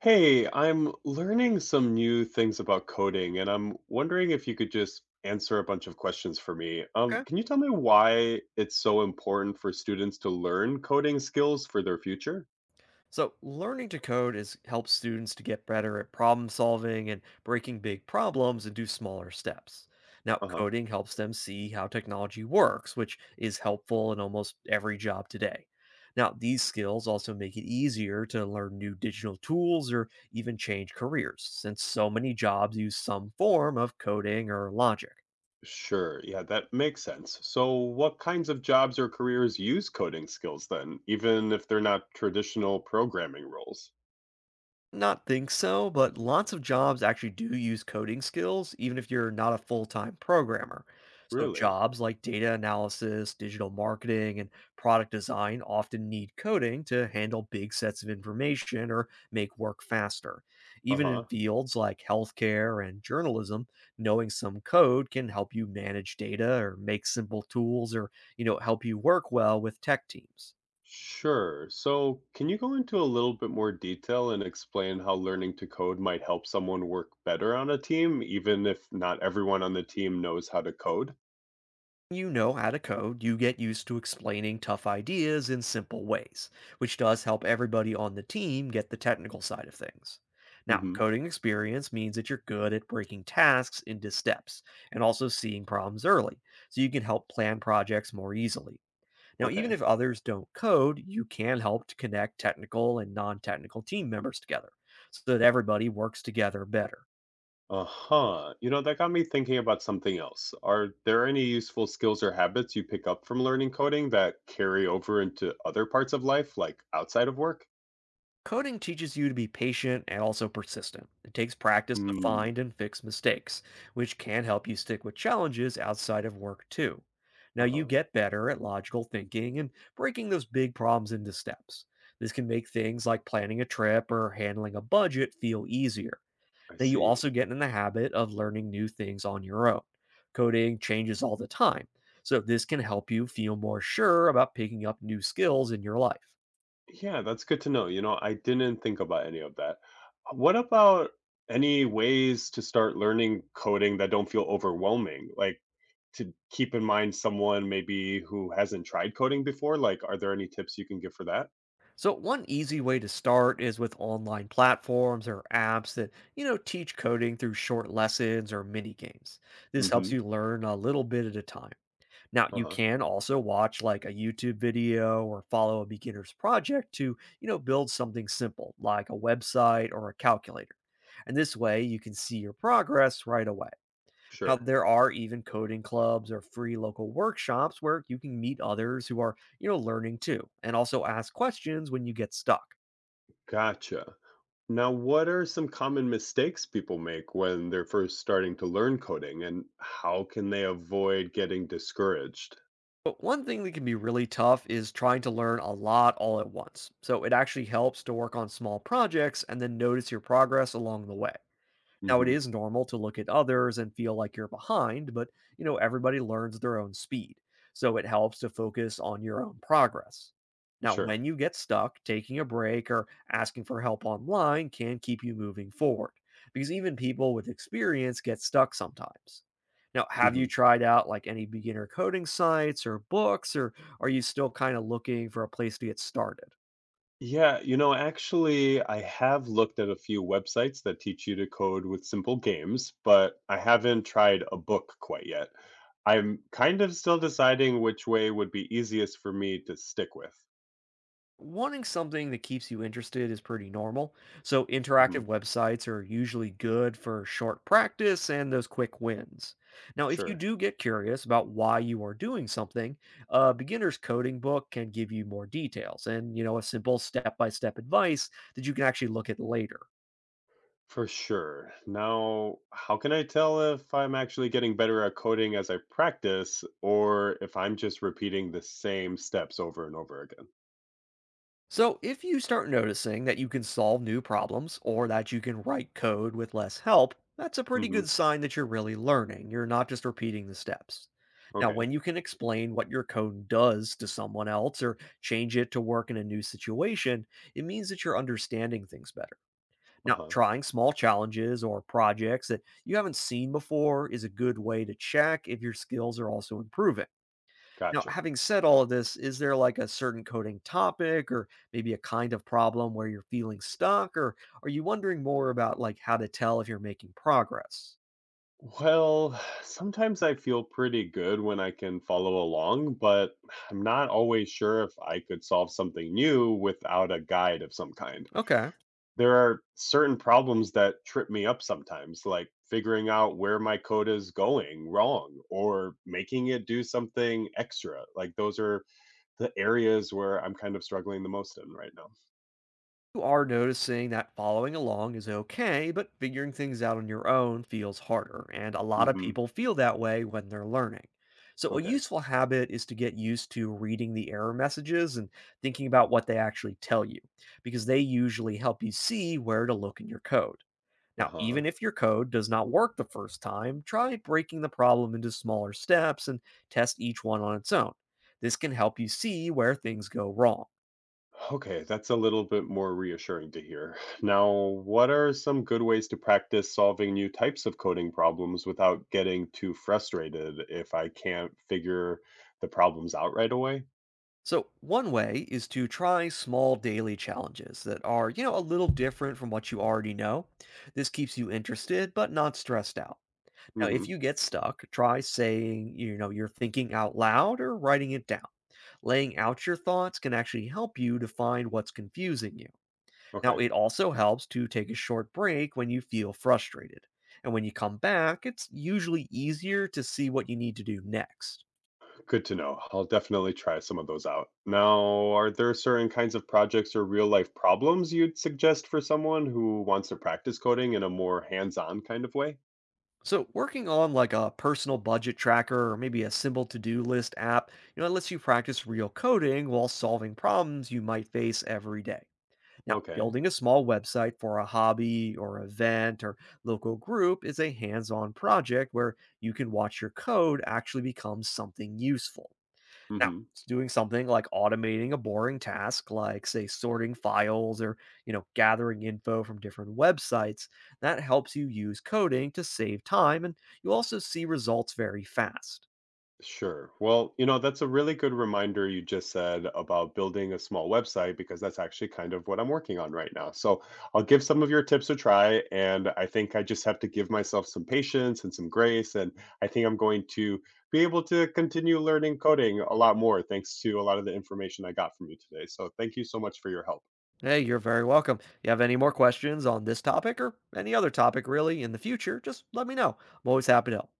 Hey, I'm learning some new things about coding, and I'm wondering if you could just answer a bunch of questions for me. Okay. Can you tell me why it's so important for students to learn coding skills for their future? So, learning to code is helps students to get better at problem solving and breaking big problems into smaller steps. Now, Uh-huh. coding helps them see how technology works, which is helpful in almost every job today. Now, these skills also make it easier to learn new digital tools or even change careers, since so many jobs use some form of coding or logic. Sure. Yeah, that makes sense. So, what kinds of jobs or careers use coding skills then, even if they're not traditional programming roles? Not think so, but lots of jobs actually do use coding skills, even if you're not a full time programmer. So, Really? jobs like data analysis, digital marketing, and product design often need coding to handle big sets of information or make work faster. Even in Uh-huh. fields like healthcare and journalism, knowing some code can help you manage data or make simple tools or help you work well with tech teams. Sure. So, can you go into a little bit more detail and explain how learning to code might help someone work better on a team, even if not everyone on the team knows how to code? You know how to code, you get used to explaining tough ideas in simple ways, which does help everybody on the team get the technical side of things. Now, Hmm. coding experience means that you're good at breaking tasks into steps and also seeing problems early, so you can help plan projects more easily. Now, even Okay. if others don't code, you can help to connect technical and non technical team members together so that everybody works together better. Uh-huh. You know, that got me thinking about something else. Are there any useful skills or habits you pick up from learning coding that carry over into other parts of life, like outside of work? Coding teaches you to be patient and also persistent. It takes practice to Hmm. find and fix mistakes, which can help you stick with challenges outside of work too. Now, you Uh-huh. get better at logical thinking and breaking those big problems into steps. This can make things like planning a trip or handling a budget feel easier. I Now, you see. also get in the habit of learning new things on your own. Coding changes all the time, so this can help you feel more sure about picking up new skills in your life. Yeah, that's good to know. You know, I didn't think about any of that. What about any ways to start learning coding that don't feel overwhelming? Like to keep in mind someone maybe who hasn't tried coding before? Like, are there any tips you can give for that? So one easy way to start is with online platforms or apps that teach coding through short lessons or mini games. This helps Hmm. you learn a little bit at a time. Now, you Uh-huh. can also watch like a YouTube video or follow a beginner's project to build something simple like a website or a calculator. And this way you can see your progress right away. Now, Sure. there are even coding clubs or free local workshops where you can meet others who are learning too, and also ask questions when you get stuck. Gotcha. Now, what are some common mistakes people make when they're first starting to learn coding, and how can they avoid getting discouraged? But one thing that can be really tough is trying to learn a lot all at once. So it actually helps to work on small projects and then notice your progress along the way. Now, it Mm-hmm. is normal to look at others and feel like you're behind, but everybody learns their own speed. So it helps to focus on your own progress. Now, Sure. when you get stuck, taking a break or asking for help online can keep you moving forward because even people with experience get stuck sometimes. Now, have you Mm-hmm. tried out like any beginner coding sites or books, or are you still kind of looking for a place to get started? Yeah, actually, I have looked at a few websites that teach you to code with simple games, but I haven't tried a book quite yet. I'm kind of still deciding which way would be easiest for me to stick with. Wanting something that keeps you interested is pretty normal, so Hmm. interactive websites are usually good for short practice and those quick wins. Now, if you Sure. do get curious about why you are doing something, a beginner's coding book can give you more details and a simple step-by-step advice that you can actually look at later. For sure. Now, how can I tell if I'm actually getting better at coding as I practice or if I'm just repeating the same steps over and over again? So, if you start noticing that you can solve new problems or that you can write code with less help, that's a pretty Hmm. good sign that you're really learning. You're not just repeating the steps. Now, Okay. when you can explain what your code does to someone else or change it to work in a new situation, it means that you're understanding things better. Now, Uh-huh. trying small challenges or projects that you haven't seen before is a good way to check if your skills are also improving. Now, Gotcha. having said all of this, is there like a certain coding topic or maybe a kind of problem where you're feeling stuck, or are you wondering more about like how to tell if you're making progress? Well, sometimes I feel pretty good when I can follow along, but I'm not always sure if I could solve something new without a guide of some kind. Okay. There are certain problems that trip me up sometimes, like figuring out where my code is going wrong or making it do something extra. Like those are the areas where I'm kind of struggling the most in right now. You are noticing that following along is okay, but figuring things out on your own feels harder. And a lot of Mhm. people feel that way when they're learning. So, a Okay. useful habit is to get used to reading the error messages and thinking about what they actually tell you, because they usually help you see where to look in your code. Now, even Uh-huh. if your code does not work the first time, try breaking the problem into smaller steps and test each one on its own. This can help you see where things go wrong. Okay, that's a little bit more reassuring to hear. Now, what are some good ways to practice solving new types of coding problems without getting too frustrated if I can't figure the problems out right away? So, one way is to try small daily challenges that are a little different from what you already know. This keeps you interested but not stressed out. Now, Hmm. if you get stuck, try saying, you're thinking out loud or writing it down. Laying out your thoughts can actually help you to find what's confusing you. Now, Okay, it also helps to take a short break when you feel frustrated. And when you come back, it's usually easier to see what you need to do next. good to know. I'll definitely try some of those out. Now, are there certain kinds of projects or real life problems you'd suggest for someone who wants to practice coding in a more hands on kind of way? So, working on like a personal budget tracker or maybe a simple to do list app, it lets you practice real coding while solving problems you might face every day. Now, Okay. building a small website for a hobby or event or local group is a hands on project where you can watch your code actually become something useful. Now, Hmm. it's doing something like automating a boring task, like, say, sorting files or gathering info from different websites. That helps you use coding to save time, and you also see results very fast. Sure. Well, that's a really good reminder you just said about building a small website because that's actually kind of what I'm working on right now. So I'll give some of your tips a try. And I think I just have to give myself some patience and some grace. And I think I'm going to be able to continue learning coding a lot more thanks to a lot of the information I got from you today. So thank you so much for your help. Hey, you're very welcome. You have any more questions on this topic or any other topic really in the future, just let me know. I'm always happy to help.